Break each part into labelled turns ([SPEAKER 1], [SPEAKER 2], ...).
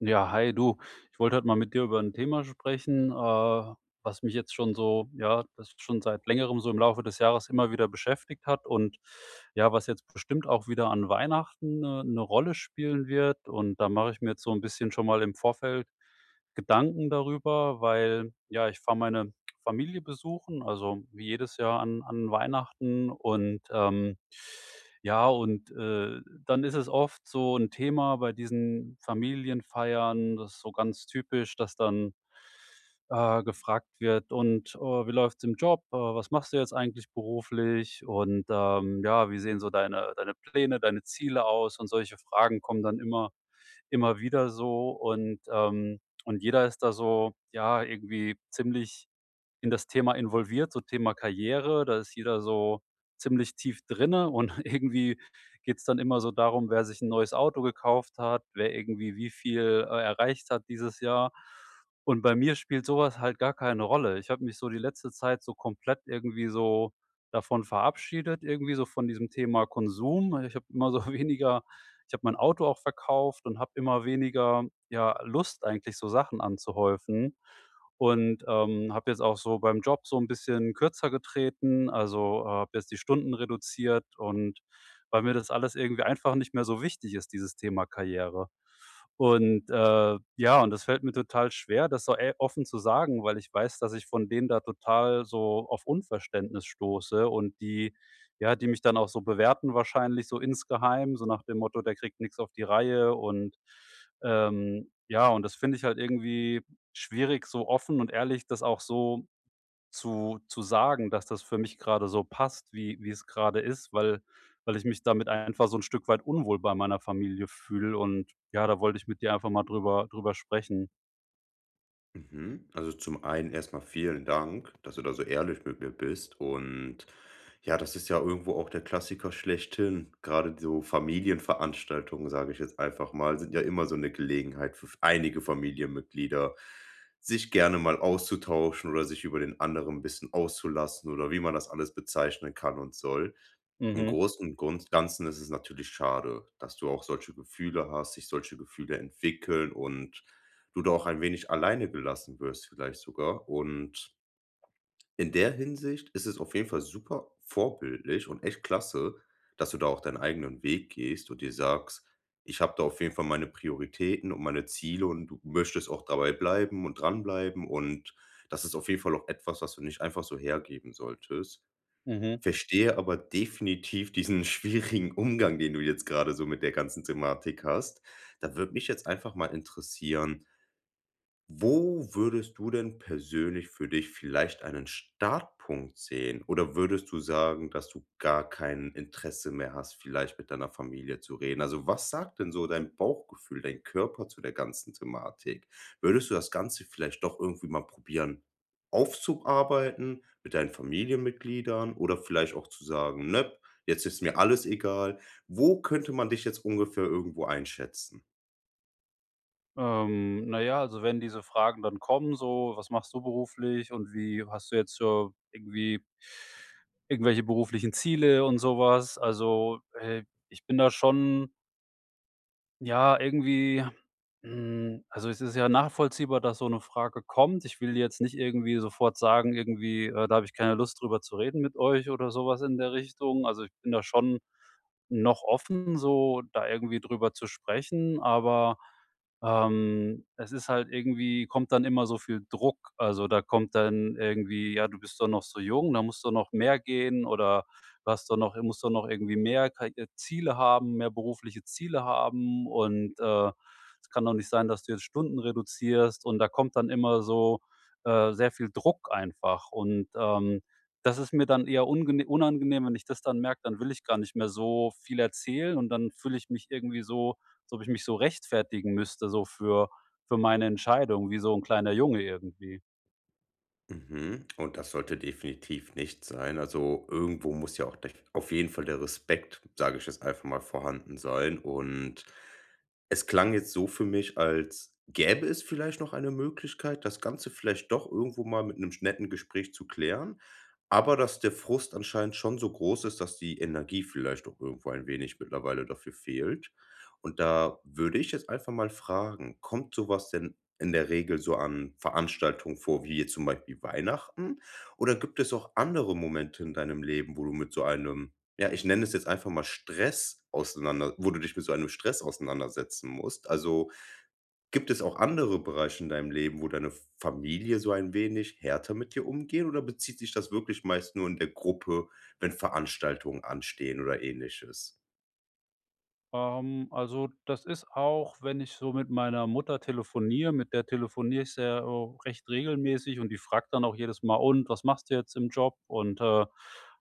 [SPEAKER 1] Ja, hi du. Ich wollte heute mal mit dir über ein Thema sprechen, was mich jetzt schon so, ja, das schon seit Längerem so im Laufe des Jahres immer wieder beschäftigt hat, und ja, was jetzt bestimmt auch wieder an Weihnachten 'ne Rolle spielen wird. Und da mache ich mir jetzt so ein bisschen schon mal im Vorfeld Gedanken darüber, weil, ja, ich fahre meine Familie besuchen, also wie jedes Jahr an Weihnachten, und, ja, dann ist es oft so ein Thema bei diesen Familienfeiern, das ist so ganz typisch, dass dann gefragt wird: „Und, wie läuft's im Job? Was machst du jetzt eigentlich beruflich? Und, ja, wie sehen so deine Pläne, deine Ziele aus?“ Und solche Fragen kommen dann immer wieder so, und jeder ist da so, ja, irgendwie ziemlich in das Thema involviert, so Thema Karriere. Da ist jeder so ziemlich tief drinne und irgendwie geht's dann immer so darum, wer sich ein neues Auto gekauft hat, wer irgendwie wie viel, erreicht hat dieses Jahr. Und bei mir spielt sowas halt gar keine Rolle. Ich habe mich so die letzte Zeit so komplett irgendwie so davon verabschiedet, irgendwie so von diesem Thema Konsum. Ich habe immer so weniger ich habe mein Auto auch verkauft und habe immer weniger, ja, Lust eigentlich, so Sachen anzuhäufen. Und, habe jetzt auch so beim Job so ein bisschen kürzer getreten, also, habe jetzt die Stunden reduziert, und weil mir das alles irgendwie einfach nicht mehr so wichtig ist, dieses Thema Karriere. Und, ja, und das fällt mir total schwer, das so e offen zu sagen, weil ich weiß, dass ich von denen da total so auf Unverständnis stoße, und die mich dann auch so bewerten wahrscheinlich, so insgeheim, so nach dem Motto: „Der kriegt nichts auf die Reihe“, und, ja, und das finde ich halt irgendwie schwierig, so offen und ehrlich das auch so zu sagen, dass das für mich gerade so passt, wie es gerade ist, weil weil ich mich damit einfach so ein Stück weit unwohl bei meiner Familie fühle, und ja, da wollte ich mit dir einfach mal drüber sprechen.
[SPEAKER 2] Mhm. Also zum einen erstmal vielen Dank, dass du da so ehrlich mit mir bist und ja, das ist ja irgendwo auch der Klassiker schlechthin. Gerade so Familienveranstaltungen, sage ich jetzt einfach mal, sind ja immer so eine Gelegenheit für einige Familienmitglieder, sich gerne mal auszutauschen oder sich über den anderen 'n bisschen auszulassen oder wie man das alles bezeichnen kann und soll. Im
[SPEAKER 1] Mhm,
[SPEAKER 2] Großen und Grund Ganzen ist es natürlich schade, dass du auch solche Gefühle hast, sich solche Gefühle entwickeln und du da auch ein wenig alleine gelassen wirst vielleicht sogar. Und in der Hinsicht ist es auf jeden Fall super vorbildlich und echt klasse, dass du da auch deinen eigenen Weg gehst und dir sagst: „Ich habe da auf jeden Fall meine Prioritäten und meine Ziele und du möchtest auch dabei bleiben und dranbleiben.“ Und das ist auf jeden Fall auch etwas, was du nicht einfach so hergeben solltest.
[SPEAKER 1] mhm.
[SPEAKER 2] Verstehe aber definitiv diesen schwierigen Umgang, den du jetzt gerade so mit der ganzen Thematik hast. Da würde mich jetzt einfach mal interessieren, wo würdest du denn persönlich für dich vielleicht einen Startpunkt sehen? Oder würdest du sagen, dass du gar kein Interesse mehr hast, vielleicht mit deiner Familie zu reden? Also, was sagt denn so dein Bauchgefühl, dein Körper zu der ganzen Thematik? Würdest du das Ganze vielleicht doch irgendwie mal probieren aufzuarbeiten mit deinen Familienmitgliedern oder vielleicht auch zu sagen: „Nöp, jetzt ist mir alles egal.“ Wo könnte man dich jetzt ungefähr irgendwo einschätzen?
[SPEAKER 1] Na ja, also, wenn diese Fragen dann kommen, so: „Was machst du beruflich, und wie hast du jetzt so irgendwelche beruflichen Ziele“ und sowas. Also, ich bin da schon, ja, irgendwie, also, es ist ja nachvollziehbar, dass so eine Frage kommt. Ich will jetzt nicht irgendwie sofort sagen, irgendwie, „Da habe ich keine Lust, drüber zu reden mit euch“, oder sowas in der Richtung. Also, ich bin da schon noch offen, so da irgendwie drüber zu sprechen, aber, es ist halt irgendwie, kommt dann immer so viel Druck. Also, da kommt dann irgendwie: „Ja, du bist doch noch so jung, da musst du noch mehr gehen“, oder „Du hast doch noch, musst doch noch irgendwie mehr Karri Ziele haben, mehr berufliche Ziele haben“, und, es kann doch nicht sein, dass du jetzt Stunden reduzierst. Und da kommt dann immer so, sehr viel Druck einfach, und, das ist mir dann eher ungene unangenehm. Wenn ich das dann merke, dann will ich gar nicht mehr so viel erzählen, und dann fühle ich mich irgendwie so, als ob ich mich so rechtfertigen müsste, so für meine Entscheidung, wie so ein kleiner Junge irgendwie.
[SPEAKER 2] Mhm. Und das sollte definitiv nicht sein. Also irgendwo muss ja auch der, auf jeden Fall der Respekt, sage ich jetzt einfach mal, vorhanden sein. Und es klang jetzt so für mich, als gäbe es vielleicht noch eine Möglichkeit, das Ganze vielleicht doch irgendwo mal mit einem netten Gespräch zu klären. Aber dass der Frust anscheinend schon so groß ist, dass die Energie vielleicht auch irgendwo ein wenig mittlerweile dafür fehlt. Und da würde ich jetzt einfach mal fragen, kommt sowas denn in der Regel so an Veranstaltungen vor, wie jetzt zum Beispiel Weihnachten? Oder gibt es auch andere Momente in deinem Leben, wo du mit so einem, ja, ich nenne es jetzt einfach mal Stress auseinander wo du dich mit so einem Stress auseinandersetzen musst? Also, gibt es auch andere Bereiche in deinem Leben, wo deine Familie so ein wenig härter mit dir umgeht oder bezieht sich das wirklich meist nur in der Gruppe, wenn Veranstaltungen anstehen oder Ähnliches?
[SPEAKER 1] Also, das ist auch, wenn ich so mit meiner Mutter telefoniere, mit der telefoniere ich sehr recht regelmäßig, und die fragt dann auch jedes Mal: „Und, was machst du jetzt im Job? Und,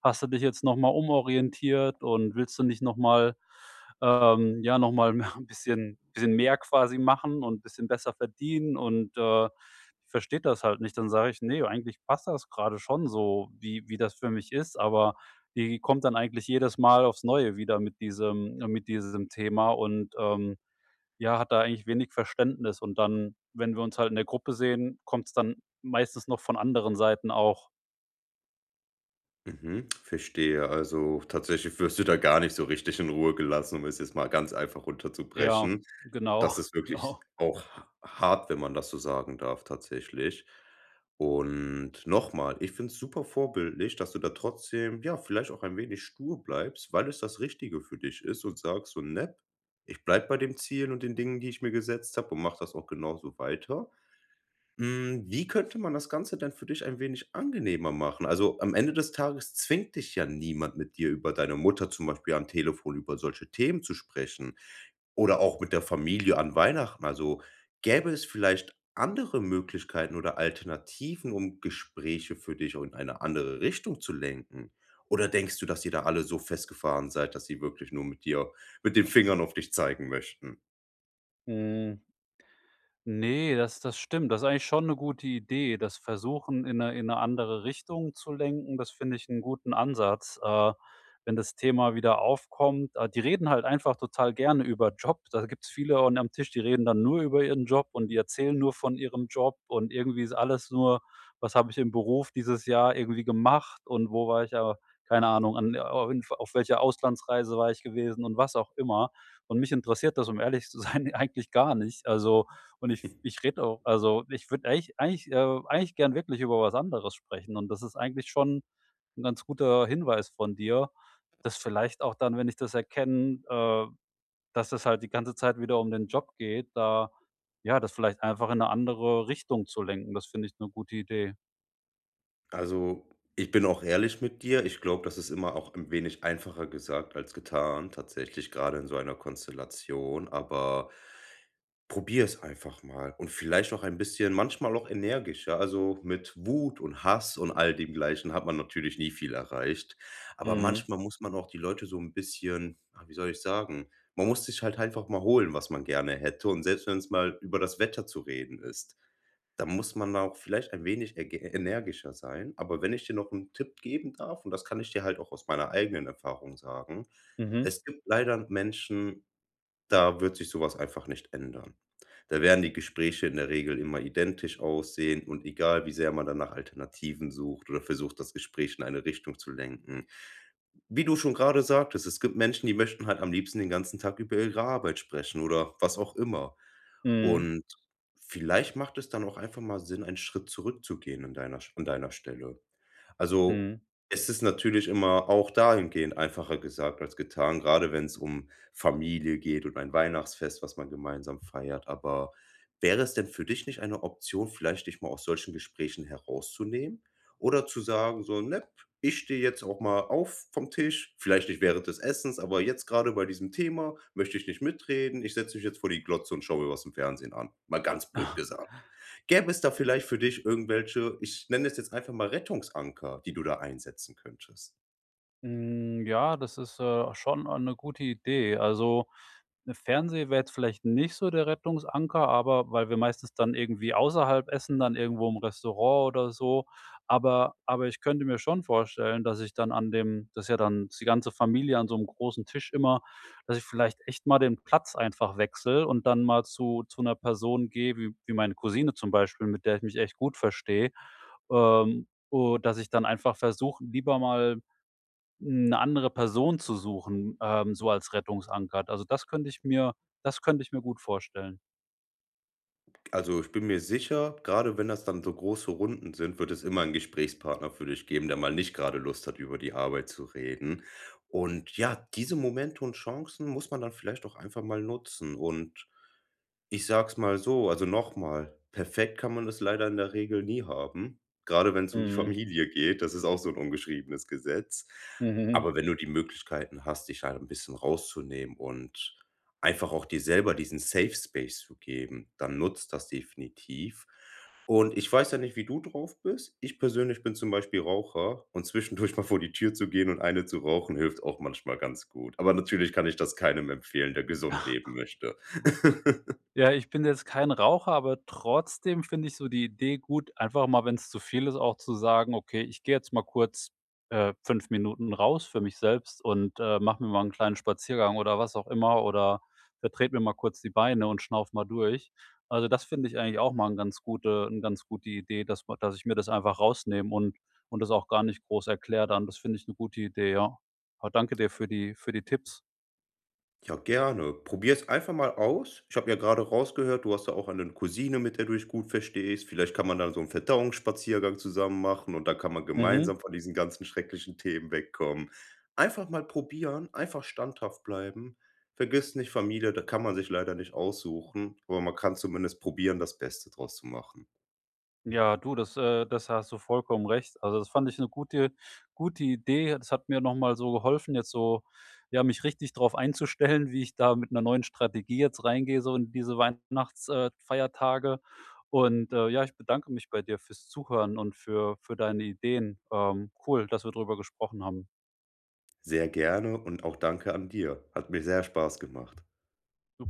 [SPEAKER 1] hast du dich jetzt noch mal umorientiert, und willst du nicht noch mal ja, noch mal mehr bisschen mehr quasi machen und ein bisschen besser verdienen?“ Und, die versteht das halt nicht. Dann sage ich: „Nee, eigentlich passt das gerade schon so, wie das für mich ist“, aber die kommt dann eigentlich jedes Mal aufs Neue wieder mit diesem Thema, und, ja, hat da eigentlich wenig Verständnis. Und dann, wenn wir uns halt in der Gruppe sehen, kommt es dann meistens noch von anderen Seiten auch.
[SPEAKER 2] Mhm, verstehe. Also, tatsächlich wirst du da gar nicht so richtig in Ruhe gelassen, um es jetzt mal ganz einfach
[SPEAKER 1] Ja,
[SPEAKER 2] runterzubrechen.
[SPEAKER 1] genau,
[SPEAKER 2] Das ist wirklich
[SPEAKER 1] genau.
[SPEAKER 2] auch ha hart, wenn man das so sagen darf, tatsächlich. Und nochmal, ich finde es super vorbildlich, dass du da trotzdem, ja, vielleicht auch ein wenig stur bleibst, weil es das Richtige für dich ist und sagst so: „Nepp, ich bleib bei dem Ziel und den Dingen, die ich mir gesetzt habe und mache das auch genauso weiter.“ Wie könnte man das Ganze denn für dich ein wenig angenehmer machen? Also, am Ende des Tages zwingt dich ja niemand, mit dir über deine Mutter zum Beispiel am Telefon über solche Themen zu sprechen oder auch mit der Familie an Weihnachten. Also, gäbe es vielleicht andere Möglichkeiten oder Alternativen, um Gespräche für dich in eine andere Richtung zu lenken? Oder denkst du, dass ihr da alle so festgefahren seid, dass sie wirklich nur mit den Fingern auf dich zeigen möchten?
[SPEAKER 1] Mhm. Ne, das, das stimmt. Das ist eigentlich schon eine gute Idee. Das Versuchen in eine, in 'ne andere Richtung zu lenken, das finde ich einen guten Ansatz. Wenn das Thema wieder aufkommt, ah, die reden halt einfach total gerne über Job. Da gibt es viele und am Tisch, die reden dann nur über ihren Job, und die erzählen nur von ihrem Job, und irgendwie ist alles nur: „Was habe ich im Beruf dieses Jahr irgendwie gemacht, und wo war ich, ja, keine Ahnung, an auf welcher Auslandsreise war ich gewesen“ und was auch immer. Und mich interessiert das, um ehrlich zu sein, eigentlich gar nicht. Also, und ich rede auch, also, ich würde eigentlich gern wirklich über was anderes sprechen. Und das ist eigentlich schon ein ganz guter Hinweis von dir, dass vielleicht auch dann, wenn ich das erkenne, dass es halt die ganze Zeit wieder um den Job geht, da, ja, das vielleicht einfach in eine andere Richtung zu lenken. Das finde ich eine gute Idee.
[SPEAKER 2] Also, ich bin auch ehrlich mit dir. Ich glaube, das ist immer auch ein wenig einfacher gesagt als getan, tatsächlich, gerade in so einer Konstellation. Aber probier es einfach mal und vielleicht auch ein bisschen, manchmal auch energischer. Also mit Wut und Hass und all dem Gleichen hat man natürlich nie viel erreicht. Aber
[SPEAKER 1] Mhm.
[SPEAKER 2] manchmal muss man auch die Leute so ein bisschen, wie soll ich sagen, man muss sich halt einfach mal holen, was man gerne hätte. Und selbst wenn es mal über das Wetter zu reden ist. Da muss man auch vielleicht ein wenig erge energischer sein. Aber wenn ich dir noch einen Tipp geben darf, und das kann ich dir halt auch aus meiner eigenen Erfahrung sagen,
[SPEAKER 1] Mhm.
[SPEAKER 2] es gibt leider Menschen, da wird sich sowas einfach nicht ändern. Da werden die Gespräche in der Regel immer identisch aussehen und egal, wie sehr man danach Alternativen sucht oder versucht, das Gespräch in eine Richtung zu lenken wie du schon gerade sagtest, es gibt Menschen, die möchten halt am liebsten den ganzen Tag über ihre Arbeit sprechen oder was auch immer.
[SPEAKER 1] Mhm.
[SPEAKER 2] Und vielleicht macht es dann auch einfach mal Sinn, einen Schritt zurückzugehen an deiner Stelle. Also,
[SPEAKER 1] Mhm.
[SPEAKER 2] es ist natürlich immer auch dahingehend einfacher gesagt als getan, gerade wenn es um Familie geht und ein Weihnachtsfest, was man gemeinsam feiert. Aber wäre es denn für dich nicht eine Option, vielleicht dich mal aus solchen Gesprächen herauszunehmen oder zu sagen so: „Ne, ich stehe jetzt auch mal auf vom Tisch, vielleicht nicht während des Essens, aber jetzt gerade bei diesem Thema möchte ich nicht mitreden. Ich setze mich jetzt vor die Glotze und schaue mir was im Fernsehen an.“ Mal ganz blöd gesagt. Gäbe es da vielleicht für dich irgendwelche, ich nenne es jetzt einfach mal Rettungsanker, die du da einsetzen könntest?
[SPEAKER 1] Hm, ja, das ist, schon, eine gute Idee. Also, ne, Fernseh wäre jetzt vielleicht nicht so der Rettungsanker, aber weil wir meistens dann irgendwie außerhalb essen, dann irgendwo im Restaurant oder so. Aber ich könnte mir schon vorstellen, dass ich dann an dem, das ist ja dann die ganze Familie an so einem großen Tisch immer, dass ich vielleicht echt mal den Platz einfach wechsle und dann mal zu einer Person gehe, wie meine Cousine zum Beispiel, mit der ich mich echt gut verstehe, oh, dass ich dann einfach versuche, lieber mal eine andere Person zu suchen, so als Rettungsanker. Also, das könnte ich mir gut vorstellen.
[SPEAKER 2] Also, ich bin mir sicher, gerade wenn das dann so große Runden sind, wird es immer 'n Gesprächspartner für dich geben, der mal nicht gerade Lust hat, über die Arbeit zu reden. Und ja, diese Momente und Chancen muss man dann vielleicht auch einfach mal nutzen und ich sag's mal so, also nochmal, perfekt kann man es leider in der Regel nie haben, gerade wenn es um die
[SPEAKER 1] Mhm.
[SPEAKER 2] Familie geht. Das ist auch so 'n ungeschriebenes Gesetz.
[SPEAKER 1] Mhm, mhm.
[SPEAKER 2] Aber wenn du die Möglichkeiten hast, dich halt 'n bisschen rauszunehmen und einfach auch dir selber diesen Safe Space zu geben, dann nutzt das definitiv. Und ich weiß ja nicht, wie du drauf bist. Ich persönlich bin zum Beispiel Raucher und zwischendurch mal vor die Tür zu gehen und eine zu rauchen, hilft auch manchmal ganz gut. Aber natürlich kann ich das keinem empfehlen, der gesund leben möchte.
[SPEAKER 1] Ja, ich bin jetzt kein Raucher, aber trotzdem finde ich so die Idee gut, einfach mal, wenn es zu viel ist, auch zu sagen: „Okay, ich gehe jetzt mal kurz, 5 Minuten raus für mich selbst und, mache mir mal einen kleinen Spaziergang“ oder was auch immer, oder vertrete mir mal kurz die Beine und schnaufe mal durch. Also, das finde ich eigentlich auch mal eine ganz gute Idee, dass ma dass ich mir das einfach rausnehme und das auch gar nicht groß erkläre dann. Das finde ich eine gute Idee, ja. Aber danke dir für die Tipps.
[SPEAKER 2] Ja, gerne. Probier's einfach mal aus. Ich habe ja gerade rausgehört, du hast ja auch eine Cousine, mit der du dich gut verstehst. Vielleicht kann man dann so einen Verdauungsspaziergang zusammen machen und dann kann man
[SPEAKER 1] Mhm.
[SPEAKER 2] gemeinsam von diesen ganzen schrecklichen Themen wegkommen. Einfach mal probieren, einfach standhaft bleiben. Vergiss nicht, Familie, da kann man sich leider nicht aussuchen, aber man kann zumindest probieren, das Beste draus zu machen.
[SPEAKER 1] Ja, du, das, das hast du vollkommen recht. Also, das fand ich eine gute gute Idee. Das hat mir noch mal so geholfen, jetzt so, ja, mich richtig drauf einzustellen, wie ich da mit einer neuen Strategie jetzt reingehe, so in diese Weihnachtsfeiertage. Feiertage. Und, ja, ich bedanke mich bei dir fürs Zuhören und für deine Ideen. Cool, dass wir drüber gesprochen haben.
[SPEAKER 2] Sehr gerne und auch danke an dir. Hat mir sehr Spaß gemacht.
[SPEAKER 1] Super.